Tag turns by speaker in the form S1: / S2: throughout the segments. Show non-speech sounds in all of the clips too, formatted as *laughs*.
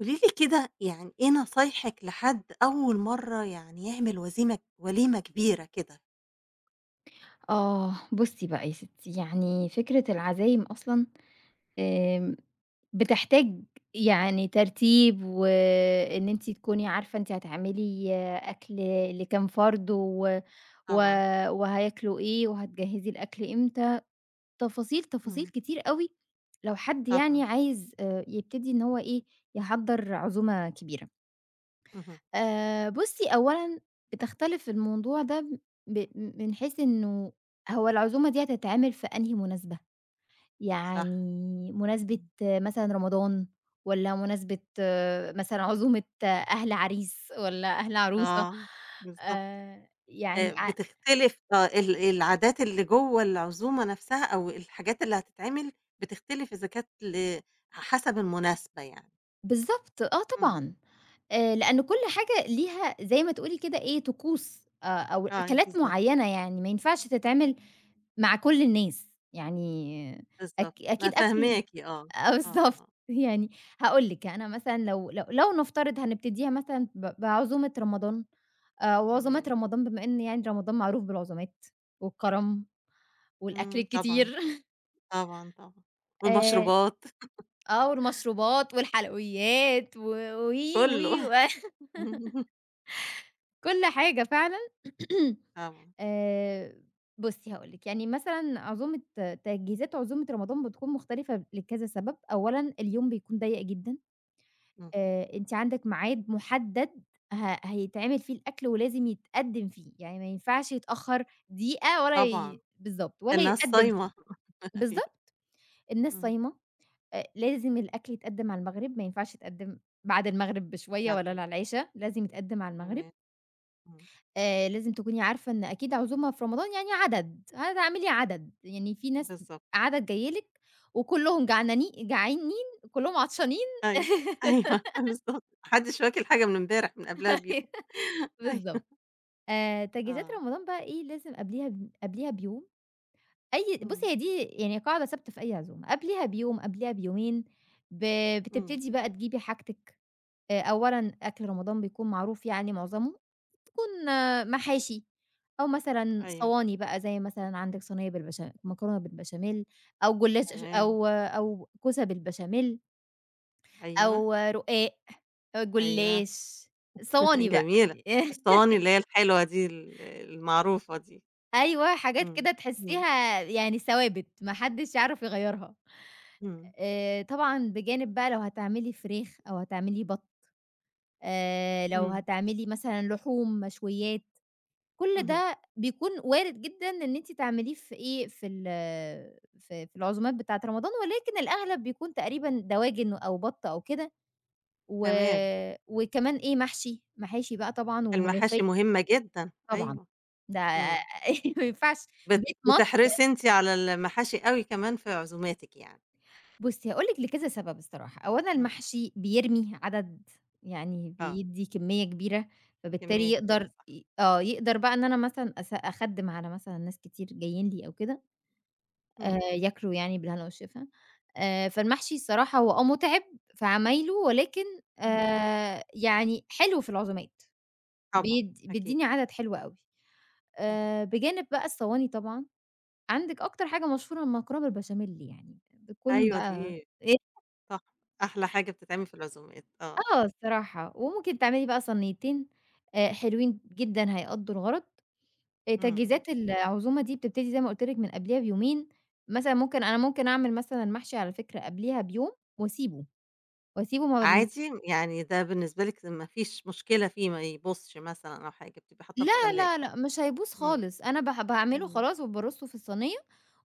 S1: قولي لي كده، يعني إيه نصايحِك لحد أول مرّة يعني يعمل وليمة كبيرة كده؟
S2: آه، بُصّي بقى يا ستّي،
S1: إمم،
S2: يعني فكرة العزايم أصلًا آمم، بتحتاج يعني ترتيب وإن أنتِ تكوني عارفة أنتِ هتعملي أكل لكام فرد و و
S1: طبعًا.
S2: وهياكلوا إيه وهتجهّزي الأكل إمتى، تفاصيل، تفاصيل
S1: إمم،
S2: كتير أوي لو حد يعني
S1: طبعًا،
S2: عايز يبتدي إن هو إيه، يحضّر عزومة كبيرة.
S1: اهم،
S2: بُصّي، أولًا بتختلف الموضوع ده من حيث إنه هو العزومة دي هتتعمل في أنهي مناسبة،
S1: صح.
S2: يعني مناسبة
S1: إمم.
S2: آه، مثلًا رمضان والّا مناسبة آه، مثلًا عزومة آه، أهل عريس والّا أهل عروسة
S1: آه. بالضبط.
S2: يعني ع
S1: بتختلف آه، العادات اللي جوّه العزومة نفسها أو الحاجات اللي هتتعمل بتختلف إذا كانت حسب المناسبة يعني.
S2: بالضبط، آه
S1: إمم.
S2: طبعًا، لأن كل حاجة ليها زي ما تقولي كده إيه، طقوس أو
S1: أيوه
S2: أكلات
S1: بالضبط.
S2: معيّنة يعني ما ينفعش تتعمل مع كل الناس، يعني
S1: بالضبط. أنا
S2: أكيد أكل
S1: فاهماكِ، آه.
S2: آه
S1: آه،
S2: بالضبط.
S1: آه،
S2: يعني هاقول لِك، أنا مثلًا لو نفترض هنبتديها مثلًا بعزومة رمضان، وعزومات
S1: تمام.
S2: رمضان بما إن يعني رمضان معروف بالعزومات والكرم والأكل
S1: إمم، طبعًا،
S2: الكتير *laughs*
S1: طبعًا، طبعًا.
S2: آآ
S1: والمشروبات *laughs*
S2: آه، والمشروبات والحلويات و وي،
S1: كُلّه.
S2: وي، و *laughs*
S1: *laughs*
S2: كل حاجة فعلًا. *clears throat*
S1: طبعًا،
S2: آآ بُصّي هاقول لِك، يعني مثلًا عزومة تجهيزات عزومة رمضان بتكون مختلفة لكذا سبب، أولًا اليوم بيكون ضيّق جدًا.
S1: اهم،
S2: أنتِ عندِك ميعاد مُحدد هيتعمل فيه الأكل ولازم يتقدّم فيه، يعني ما ينفعش يتأخّر دقيقة ولا
S1: طبعًا، ده
S2: ي بالضبط، ولا
S1: الناس
S2: يتقدّم
S1: صايمة. *laughs* أيوه،
S2: بالضبط، الناس
S1: اهم،
S2: صايمة، لازم الأكل يتقدّم على المغرب، ما ينفعش يتقدّم بعد المغرب بشوية
S1: بعد
S2: ولا على
S1: النَّفْخ،
S2: العِشا، لازم يتقدّم على المغرب،
S1: تمام، إمم،
S2: لازم تكوني عارفة إن أكيد عزومة في رمضان يعني عدد، هتعملي عدد، يعني في ناس
S1: بالضبط،
S2: عدد جاية لِك وكلّهم جعانين، كلّهم عطشانين
S1: أيوه، أيوه *laughs* بالضبط، ما حدش واكل حاجة من امبارح من قبلها بيوم.
S2: *laughs*
S1: *laughs* أيوه،
S2: بالضبط. تجهيزات
S1: آه،
S2: رمضان بقى إيه، لازم قبليها قبليها بيوم أي بُصّي
S1: إمم،
S2: هي دي يعني قاعدة ثابتة في أي عزومة، قبليها بيوم، قبليها بيومين ب
S1: إمم،
S2: بتبتدي بقى تجيبي حاجتِك، أولًا أكل رمضان بيكون معروف يعني معظمه، بتكون محاشي أو مثلًا
S1: أيوه
S2: صواني بقى زي مثلًا عندِك صينية مكرونة بالبشاميل أو جلاش
S1: تمام،
S2: أو أو كوسة بالبشاميل
S1: أيوه،
S2: أو رقاق، أو
S1: أيوه
S2: جلاش، صواني
S1: *laughs*
S2: بقى.
S1: جميلة،
S2: *laughs*
S1: الصواني اللي هي الحلوة دي المعروفة دي،
S2: أيوه، حاجات
S1: إمم،
S2: كده
S1: إمم،
S2: تحسّيها يعني ثوابت، ما حدّش يعرف يغيّرها.
S1: إمم،
S2: طبعًا بجانب بقى لو هتعملي فراخ أو هتعملي بَط لو
S1: إمم،
S2: هتعملي مثلًا لحوم، مشويات، كل
S1: اهم،
S2: ده بيكون وارد جدًا إن أنتِ تعمليه في إيه، في ال في في العزومات بتاعة رمضان، ولكن الأغلب بيكون تقريبًا دواجن أو بَط أو كده و
S1: تمام،
S2: وكمان إيه، محشي، محاشي بقى طبعًا وملوخية
S1: المحاشي مهمة جدًا،
S2: طبعًا،
S1: أيوه،
S2: ده
S1: إمم.
S2: *laughs* ما ينفعش
S1: بت
S2: بيت مصري
S1: بتحرصي أنتِ على المحاشي أوي كمان في عزوماتِك يعني،
S2: بُصّي، هاقول لِك لكذا سبب الصراحة، أولًا
S1: إمم،
S2: المحشي بيرمي عدد يعني
S1: آه،
S2: بيدّي كمية كبيرة، فبالتالي
S1: كمية كبيرة
S2: يقدر
S1: صح،
S2: ي آه، يقدر بقى إن أنا مثلًا أخدِّم على مثلًا ناس كتير جايين لي أو كده،
S1: إمم،
S2: ياكلوا يعني بالهنا والشفا، فالمحشي الصراحة هو آه مُتعب في عمايله، ولكن
S1: إمم،
S2: يعني حلو في العزومات،
S1: طبعًا أكيد،
S2: بيدّيني عدد حلو أوي،
S1: اهم،
S2: بجانب بقى الصواني طبعًا، عندِك أكتر حاجة مشهورة المكرونة بالبشاميل يعني، بتكون
S1: أيوه
S2: بقى
S1: دي
S2: إيه؟
S1: صح، أحلى حاجة بتتعمل في العزومات، آه،
S2: آه الصراحة، وممكن تعملي بقى صنيّتين حلوين جدًا هيقضّوا الغرض،
S1: إمم،
S2: تجهيزات العزومة دي بتبتدي زي ما قُلت لِك من قبليها بيومين، مثلًا ممكن ممكن أعمل مثلًا محشي على فكرة قبليها بيوم وأسيبه، وأسيبه ما م
S1: عادي يعني، ده بالنسبة لِك ما فيش مشكلة فيه، ما يبوظش مثلًا أو حاجة، بتبقي حاطاه في
S2: لا،
S1: التلاجة؟
S2: لا، لأ، مش هيبوظ
S1: إمم،
S2: خالص، أنا باعمله
S1: إمم،
S2: خلاص وبارصه في الصينية،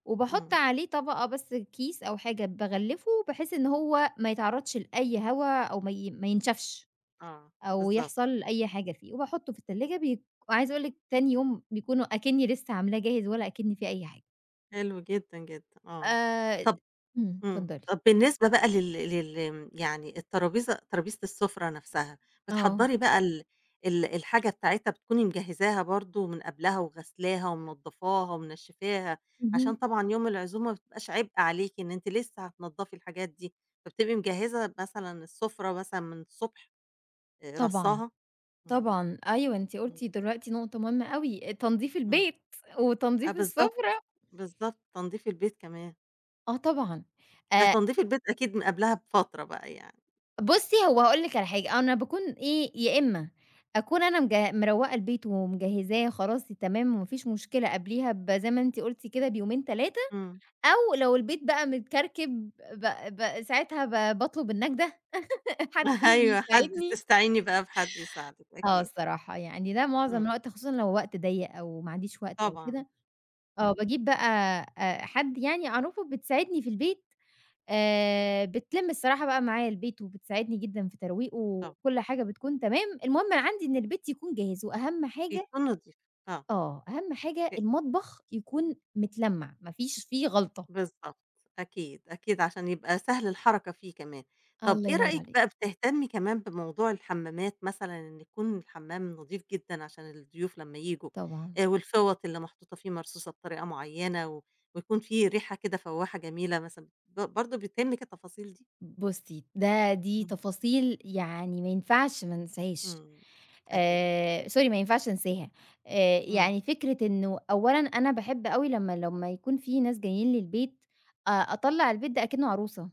S2: وباحط
S1: إمم،
S2: عليه طبقة بس كيس أو حاجة باغلّفه بحيث إن هو ما يتعرّضش لأي هوا أو ما ي ما ينشفش.
S1: آه،
S2: أو
S1: بالضبط،
S2: يحصل أي حاجة فيه، وباحطه في التلاجة وعايزة أقول لِك تاني يوم بيكونوا أكنّي لسه عاملاه جاهز ولا أكن فيه أي حاجة.
S1: حلو جدًا، جدًا، آه،
S2: آآ
S1: طَب.
S2: إمم،
S1: إمم.
S2: اتفضلي.
S1: طب بالنسبة بقى لل لل يعني ترابيزة السُفرة نفسها،
S2: آه،
S1: بتحضّري بقى ال ال الحاجة بتاعتها، بتكوني مجهّزاها برضه من قبلها وغسلاها ومنضّفاها ومنشّفاها، عشان
S2: اهم،
S1: طبعًا يوم العزومة ما بتبقاش عبء عليكِ إن أنتِ لسه هتنضّفي الحاجات دي، فبتبقي مجهّزة مثلًا السُفرة مثلًا من الصبح،
S2: طبعًا،
S1: رصّاها؟ إمم،
S2: طبعًا، أيوه أنتِ
S1: إمم،
S2: قُلتِ دلوقتي نقطة مهمة أوي، تنضيف
S1: إمم.
S2: البيت
S1: آه
S2: وتنضيف
S1: بالضبط،
S2: السفرة.
S1: بالضبط، تنضيف البيت كمان.
S2: آه طبعًا،
S1: ده
S2: آآ
S1: تنضيف البيت أكيد من قبلها بفترة بقى يعني.
S2: بُصّي هو هاقول لِك على حاجة، أنا باكون إيه، يا إمّا أكون أنا مروّقة البيت ومجهّزاه خلاص تمام وما فيش مشكلة قبليها ب زي ما أنتِ قُلتِ كده بيومين 3
S1: إمم.
S2: أو لو البيت بقى متكركب ب ب ساعتها باطلب النجدة *laughs* حد
S1: *laughs*
S2: ييجي
S1: أيوه، حد
S2: يساعدني.
S1: تستعيني بقى بحد يساعدِك
S2: آه
S1: أكيد،
S2: الصراحة، يعني ده معظم
S1: إمم،
S2: الوقت خصوصًا لو وقت ضيّق أو ما عنديش وقت أو
S1: طبعًا،
S2: كده، آه
S1: إمم،
S2: باجيب بقى حد يعني أعرفه بتساعدني في البيت، بتلِم الصراحة بقى معايا البيت وبتساعدني جدًا في ترويقه
S1: طبعًا،
S2: وكل حاجة بتكون تمام، المهم عندي إن البيت يكون جاهز وأهم حاجة
S1: بيكون نضيف، آه،
S2: آه، أهم حاجة
S1: أ
S2: المطبخ يكون متلمّع، ما فيش فيه غلطة.
S1: بالضبط، أكيد، أكيد عشان يبقى سهل الحركة فيه كمان. طب
S2: الله
S1: إيه
S2: ينور
S1: رأيِك
S2: عليكِ،
S1: بقى، بتهتمي كمان بموضوع الحمامات مثلًا، إن يكون الحمام نضيف جدًا عشان الضيوف لمّا ييجوا،
S2: طبعًا.
S1: والفوط اللي محطوطة فيه مرصوصة بطريقة معيّنة، ويكون في ريحة كده فوّاحة جميلة مثلًا، برضه بتهمِك التفاصيل دي؟
S2: بُصّي، دي
S1: إمم،
S2: تفاصيل يعني ما ينفعش ما انساهاش،
S1: إمم، أكيد،
S2: sorry ما ينفعش انساها،
S1: إمم،
S2: يعني فكرة إنه أولًا أنا باحب أوي لمّا لمّا يكون في ناس جايين لي البيت، أطلّع البيت ده أكنه عروسة،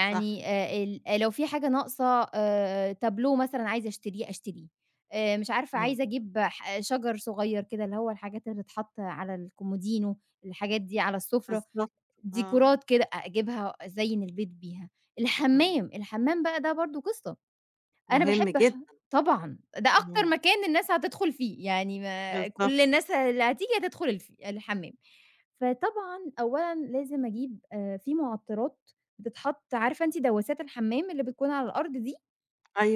S1: صح فعلًا،
S2: ال لو في حاجة ناقصة تابلوه مثلًا عايزة أشتريه، أشتريه، مش عارفة
S1: إمم.
S2: عايزة أجيب شجر صغير كده اللي هو الحاجات اللي بتتحط على الكومودينو، الحاجات دي على السفرة،
S1: بالضبط، آه،
S2: ديكورات كده أجيبها أزيّن البيت بيها.
S1: إمم،
S2: الحمّام، الحمّام بقى ده برضه قصّة، أنا
S1: مهم
S2: باحب ح
S1: جدًا،
S2: طبعًا، ده أكتر
S1: إمم،
S2: مكان الناس هتدخُل فيه، يعني ما
S1: بالضبط،
S2: كل الناس اللي هتيجي هتدخُل الحمّام. فطبعًا أولًا لازم أجيب في مُعطّرات بتتحط عارفة أنتِ دوّاسات الحمّام اللي بتكون على الأرض دي؟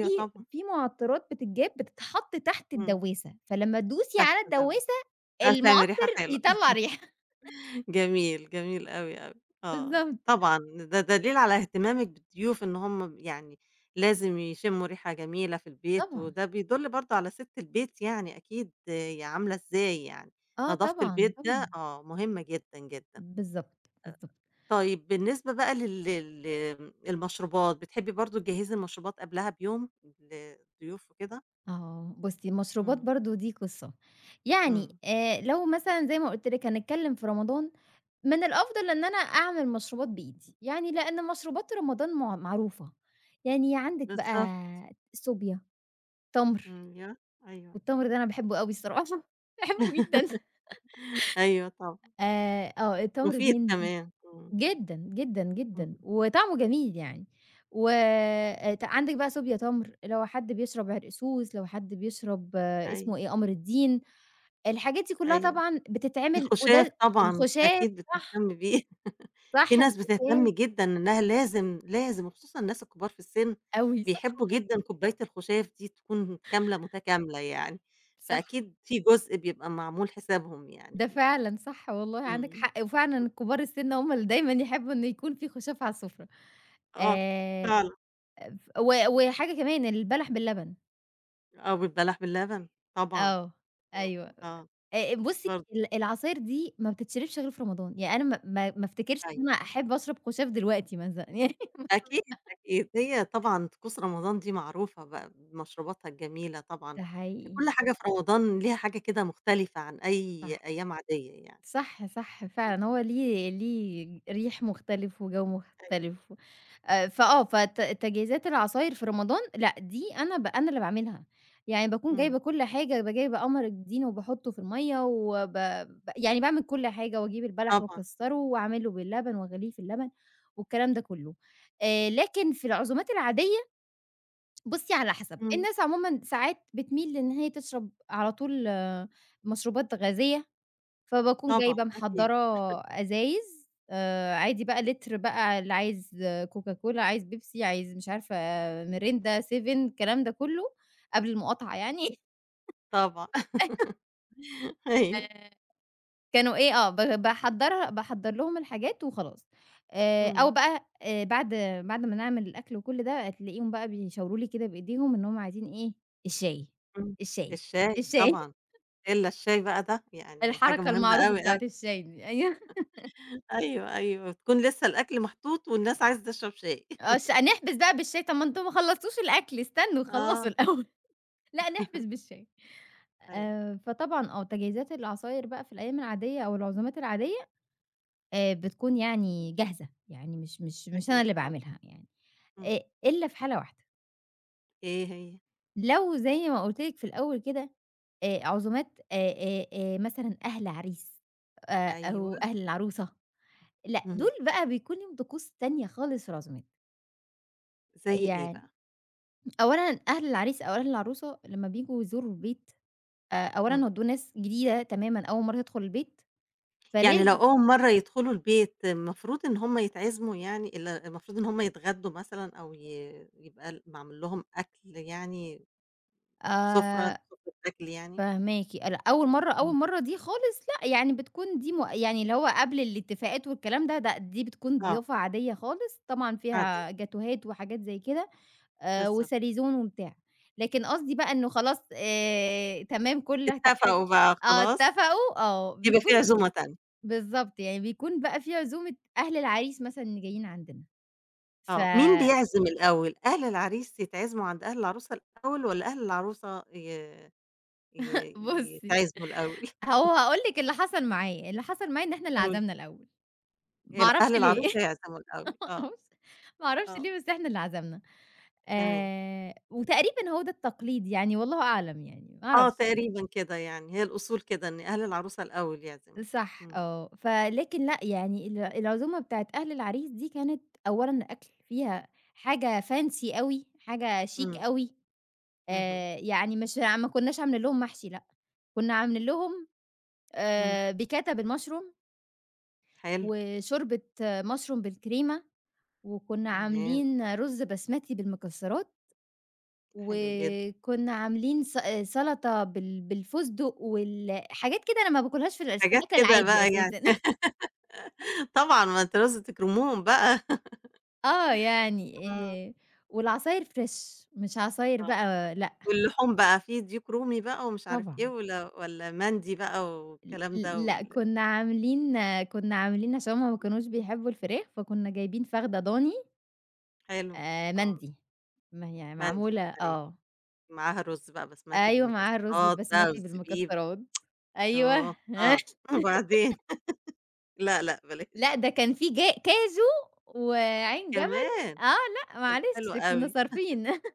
S2: في
S1: طبعًا،
S2: في مُعطّرات بتتجاب بتتحط تحت
S1: إمم،
S2: الدوّاسة، فلمّا تدوسي
S1: تحت
S2: على
S1: دوّة،
S2: الدوّاسة
S1: هتعمل ريحة
S2: المُعطّر
S1: حلوة،
S2: يطلّع ريحة. *laughs*
S1: *laughs* جميل، جميل أوي، أوي، آه،
S2: بالضبط،
S1: طبعًا ده دليل على اهتمامِك بالضيوف، إن هُم يعني لازم يشموا ريحة جميلة في البيت،
S2: طبعًا.
S1: وده بيدل برضه على سِت البيت يعني أكيد عاملة إزاي يعني،
S2: آه
S1: نضافة
S2: طبعًا،
S1: البيت ده
S2: طبعًا.
S1: آه، مهمة جدًا، جدًا.
S2: بالضبط، بالضبط.
S1: طيب بالنسبة بقى لل لل المشروبات، بتحبي برضه تجهّزي المشروبات قبلها بيوم للضيوف وكده؟
S2: آه، بُصّي المشروبات
S1: إمم،
S2: برضه دي قصّة، يعني
S1: إمم،
S2: لو مثلًا زي ما قُلت لِك هنتكلّم في رمضان، من الأفضل إن أنا أعمل مشروبات بإيدي، يعني لإن مشروبات رمضان معروفة، يعني عندِك بقى
S1: بالضبط،
S2: صوبيا، تَمْر،
S1: إمم، أيوه، أيوه،
S2: والتَمْر ده أنا باحبه أوي الصراحة، *laughs* باحبه جدًا
S1: *laughs* أيوه طبعًا،
S2: آه التَمْر
S1: مفيد
S2: الهندي.
S1: كمان، إمم،
S2: جدًا، جدًا،
S1: *laughs*
S2: جدًا،
S1: اهم،
S2: وطعمه جميل يعني. و آه، عندِك بقى صوبيا تمر، لو حد بيشرب عرقسوس، لو حد بيشرب اسمه
S1: أيوه،
S2: إيه، قمر الدين، الحاجات دي كلّها
S1: أيوه،
S2: طبعًا بتتعمل وده
S1: الخُشاف
S2: ال
S1: طبعًا
S2: الخُشاف
S1: أكيد
S2: صح،
S1: بتهتمي بيه. في
S2: صح
S1: ناس بتهتم
S2: الخُشاف
S1: جدًا إنها لازم، لازم، وخصوصًا الناس الكبار في السن
S2: أوي صح،
S1: بيحبوا جدًا كوباية الخُشاف دي تكون كاملة متكاملة يعني،
S2: صح،
S1: فأكيد في جزء بيبقى معمول حسابهم يعني
S2: ده
S1: فيه.
S2: فعلًا صح والله عندِك
S1: إمم.
S2: حق، وفعلًا كبار السِن هم اللي دايمًا يحبّوا إن يكون في خُشاف على السُفرة.
S1: آه،
S2: آآ
S1: فعلًا.
S2: ف و وحاجة كمان البلح باللبن.
S1: آه، وبتبلّح باللبن طبعًا.
S2: آه،
S1: آه،
S2: أيوه.
S1: آه،
S2: بُصّي،
S1: برضه
S2: العصاير دي ما بتتشربش غير في رمضان، يعني أنا ما افتكرش إن
S1: أيوه.
S2: أنا أحب أشرب خُشاف دلوقتي مثلًا يعني
S1: أكيد، أكيد. هي طبعًا طقوس رمضان دي معروفة بقى بمشروباتها الجميلة طبعًا.
S2: ده حقيقي،
S1: كل حاجة في رمضان ليها حاجة كده مختلفة عن أي
S2: صح.
S1: أيام عادية يعني.
S2: صح، صح فعلًا، هو
S1: إمم،
S2: ليه ليه ريح مختلف وجو
S1: أيوه.
S2: مختلف، فآه فت تجهيزات العصاير في رمضان لأ، دي أنا اللي باعملها، يعني باكون
S1: إمم،
S2: جايبة كل حاجة، جايبة قمر الدين وباحطه في المَيّة وب ب يعني باعمل كل حاجة وأجيب البلح
S1: طبعًا.
S2: واكسّره وأعمله باللبن وأغليه في اللبن والكلام ده كله، لكن في العزومات العادية بُصّي على حسب،
S1: إمم.
S2: الناس عمومًا ساعات بتميل إن هي تشرب على طول آه، مشروبات غازية فباكون
S1: طبعًا
S2: جايبة
S1: أكيد،
S2: محضّرة أزايز عادي بقى لتر بقى اللي عايز كوكا كولا، عايز بيبسي، عايز مش عارفة آه، ميريندا، سيفن الكلام ده كُلّه قبل المقاطعة يعني
S1: طبعًا *laughs*
S2: *laughs*
S1: أيوه،
S2: آآ كانوا إيه آه، باحضّرها باحضّر لهم الحاجات وخلاص. أو
S1: اهم.
S2: بقى بعد بعد ما نعمل الأكل وكل ده، هتلاقيهم بقى بيشاوروا لي كده بإيديهم إن هم عايزين إيه، الشاي،
S1: إمم.
S2: الشاي،
S1: الشاي
S2: الشاي *laughs*
S1: طبعًا، إلا الشاي بقى ده يعني حاجة
S2: الحركة
S1: مهمة
S2: المعروفة
S1: أوي، أوي.
S2: بتاعة الشاي دي أيوه.
S1: أيوه، أيوه، تكون لسه الأكل محطوط والناس عايزة تشرب شاي.
S2: آه،
S1: *laughs*
S2: نحبس بقى بالشاي، طَب ما أنتم ما خلّصتوش الأكل، استنوا
S1: آه،
S2: خلّصوا الأول، *laughs* لأ نحبس بالشاي.
S1: أيوه،
S2: فطبعًا آه، تجهيزات العصاير بقى في الأيام العادية أو العزومات العادية بتكون يعني جاهزة، يعني مش أنا
S1: أكيد
S2: اللي
S1: طبعًا.
S2: باعملها يعني،
S1: إمم.
S2: إلا في حالة واحدة،
S1: إيه هي؟
S2: لو زي ما قُلت لِك في الأول كده عزومات مثلًا أهل عريس
S1: أيوه،
S2: أو أهل العروسة، لأ دول
S1: اهم.
S2: بقى بيكون ليهم طقوس تانية خالص في العزومات،
S1: زي إيه
S2: يعني
S1: بقى؟
S2: أولًا أهل العريس أو أهل العروسة لمّا بييجوا يزوروا البيت، أولًا
S1: إمم.
S2: هو دول ناس جديدة تمامًا أول مرّة تدخل البيت،
S1: يعني
S2: فلاز
S1: لو أول مرّة يدخلوا البيت المفروض إن هم يتعزموا، يعني المفروض إن هم يتغدّوا مثلًا، أو يبقى معمول لهم أكل يعني، سُفرة،
S2: آآ
S1: سُفرة أكل يعني؟
S2: فاهماكِ، لأ أول مرّة
S1: إمم.
S2: أول مرّة دي خالص لأ، يعني بتكون دي م يعني اللي هو قبل الاتفاقات والكلام ده، دي بتكون
S1: آه،
S2: ضيافة عادية خالص، طبعًا
S1: عادية.
S2: فيها جاتوهات وحاجات زي كده،
S1: بالضبط،
S2: وساليزون وبتاع. لكن قصدي بقى إنه خلاص تمام كل ت حاجة
S1: اتفقوا بقى
S2: آه
S1: خلاص،
S2: اتفقوا، آه
S1: يبقى
S2: بتكون
S1: في عزومة تانية،
S2: بالضبط، يعني بيكون بقى في عزومة أهل العريس مثلًا اللي جايين عندنا، ف
S1: آه، مين بيعزم الأول، أهل العريس يتعزموا عند أهل العروسة الأول والّا أهل العروسة ي ي
S2: *laughs* بُصّي،
S1: يتعزموا الأول؟
S2: هو هاقول لِك اللي حصل معايا، اللي حصل معايا إن إحنا اللي
S1: قُل
S2: عزمنا الأول، ما أعرفش
S1: أهل
S2: ليه *laughs*
S1: العروسة يعزموا الأول،
S2: ما
S1: آه،
S2: أعرفش ما أعرفش
S1: آه،
S2: ليه بس إحنا اللي عزمنا،
S1: تمام،
S2: وتقريبًا هو ده التقليد يعني والله أعلم يعني ما
S1: آه،
S2: أعرفش،
S1: تقريبًا كده يعني هي الأصول كده إن أهل العروسة الأول يعزموا،
S2: صح
S1: إمم،
S2: آه، فلكن لأ يعني العزومة بتاعة أهل العريس دي كانت أولًا الأكل فيها حاجة fancy أوي، حاجة شيك
S1: إمم،
S2: أوي،
S1: اهم،
S2: يعني مش ع ما كناش عاملين لهم محشي لأ، كنا عاملين لهم
S1: إمم،
S2: بيكاتا بالمشروم،
S1: حلو،
S2: وشوربة مشروم بالكريمة، وكنا
S1: تمام،
S2: عاملين رز بسمتي بالمكسرات،
S1: حلو جدًا،
S2: وكنا عاملين آه، سلطة بالفستق حاجات كده أنا ما باكلهاش في
S1: حاجات
S2: الأكل
S1: كده
S2: العادي
S1: بقى يعني.
S2: أساسًا
S1: *laughs* طبعًا، ما أنتِ لازم تكرموهم بقى،
S2: *laughs* آه يعني
S1: آه،
S2: آآ والعصاير فريش مش عصاير
S1: آه.
S2: بقى لأ.
S1: واللحوم بقى، في ديك رومي بقى ومش عارف إيه
S2: طبعًا.
S1: والّا مندي بقى،
S2: ل
S1: والكلام ده
S2: لأ، كنا عاملين كنا عاملين عشان هُم ما كانوش بيحبوا الفراخ، فكنا جايبين فخدة ضاني
S1: حلو، آه،
S2: مندي، ما هي
S1: مندي
S2: معمولة
S1: أيوه،
S2: آه،
S1: معاها رز بقى بسمتي
S2: أيوه معاها الرز
S1: بالمكسرات بقى
S2: البسمتي
S1: والزبيب،
S2: بالمكسرات،
S1: يوه!
S2: أيوه
S1: آه،
S2: *laughs*
S1: *laughs* وبعدين؟ لأ، لأ
S2: لأ،
S1: بلاش،
S2: ده كان في جا كاجو وعين جمل
S1: كمان!
S2: آه، لأ
S1: حلو، حلو
S2: معلش كنا
S1: أوي.
S2: صارفين *laughs*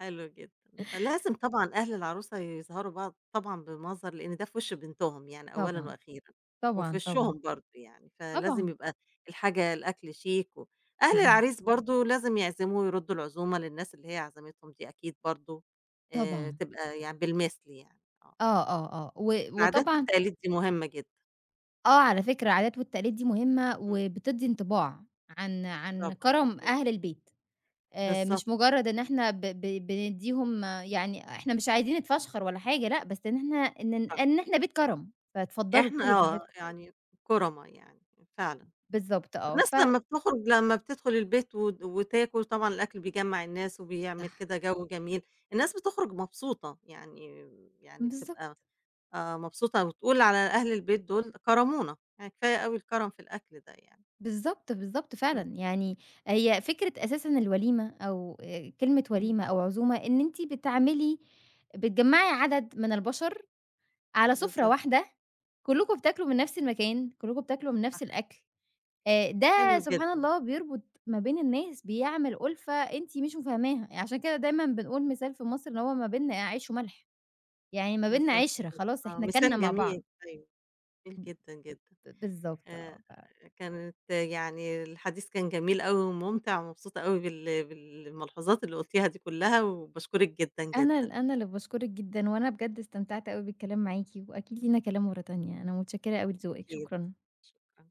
S1: حلو جدًا. لازم طبعًا أهل العروسة يظهروا بقى طبعًا بمظهر، لإن ده في وِش بنتهم يعني أولًا
S2: طبعًا،
S1: وأخيرًا، وفي
S2: طبعًا، طبعًا،
S1: وشّهم برضه يعني، فلازم
S2: طبعًا،
S1: يبقى الحاجة الأكل شيك، و أهل
S2: اهم،
S1: العريس برضه لازم يعزموه ويردّوا العزومة للناس اللي هي عزمتهم دي أكيد برضه،
S2: طبعًا،
S1: تبقى يعني بالمثل يعني، آه.
S2: آه، آه، آه، و
S1: العادات
S2: وطبعًا
S1: والتقاليد دي مهمة جدًا.
S2: آه، على فكرة العادات والتقاليد دي مهمة،
S1: إمم،
S2: وبتدّي انطباع عن عن
S1: طبعًا
S2: كرم
S1: أكيد.
S2: أهل البيت، مش
S1: بالضبط كده،
S2: مجرد إن إحنا ب ب بندّيهم آه، يعني إحنا مش عايزين نتفشخر ولا حاجة، لأ، بس إن إحنا إن
S1: صح.
S2: إن إحنا بيت كرم، فاتفضلوا
S1: إحنا
S2: كلوا
S1: آه،
S2: براحتكم.
S1: يعني كُرما يعني، فعلًا.
S2: بالضبط آه، ف
S1: الناس لمّا بتخرج، لمّا بتدخل البيت وتاكل طبعًا، الأكل بيجمّع الناس وبيعمل
S2: صح.
S1: كده جو جميل، الناس بتخرج مبسوطة، يعني يعني بتبقى
S2: بالضبط،
S1: مبسوطة وتقول على أهل البيت دول كرمونا، يعني كفاية أوي الكرم في الأكل ده يعني.
S2: بالضبط، بالضبط فعلًا،
S1: إمم،
S2: يعني هي فكرة أساسًا الوليمة أو كلمة
S1: إمم،
S2: وليمة أو عزومة إن أنتِ بتعملي بتجمّعي عدد من البشر على سُفرة
S1: بالضبط
S2: واحدة، كلّكم بتاكلوا من نفس المكان، كلّكم بتاكلوا من
S1: صح،
S2: نفس الأكل،
S1: حلو
S2: ده سبحان
S1: جدًا،
S2: الله بيربط ما بين الناس، بيعمل أُلفة أنتِ مش مفهماها، يعني عشان كده دايمًا بنقول مثال في مصر إن هو ما بيننا عيش وملح، يعني ما بيننا
S1: بالضبط
S2: عِشرة
S1: كده،
S2: خلاص
S1: آه
S2: إحنا كَلنا
S1: مثال
S2: مع
S1: جميل
S2: بعض،
S1: أيوه، جميل
S2: ب
S1: جدًا، جدًا.
S2: بالضبط
S1: آآ
S2: آه،
S1: كانت يعني الحديث كان جميل أوي وممتع، ومبسوطة أوي بالملحوظات اللي قُلتيها دي كلها، وباشكرِك جدًا،
S2: فأنا
S1: جدًا.
S2: أنا اللي باشكرِك جدًا، وأنا بجد استمتعت أوي بالكلام معاكِ، وأكيد لينا كلام مرة تانية، أنا متشكرة أوي لذوقِك،
S1: أكيد،
S2: شكرًا.
S1: شكرًا.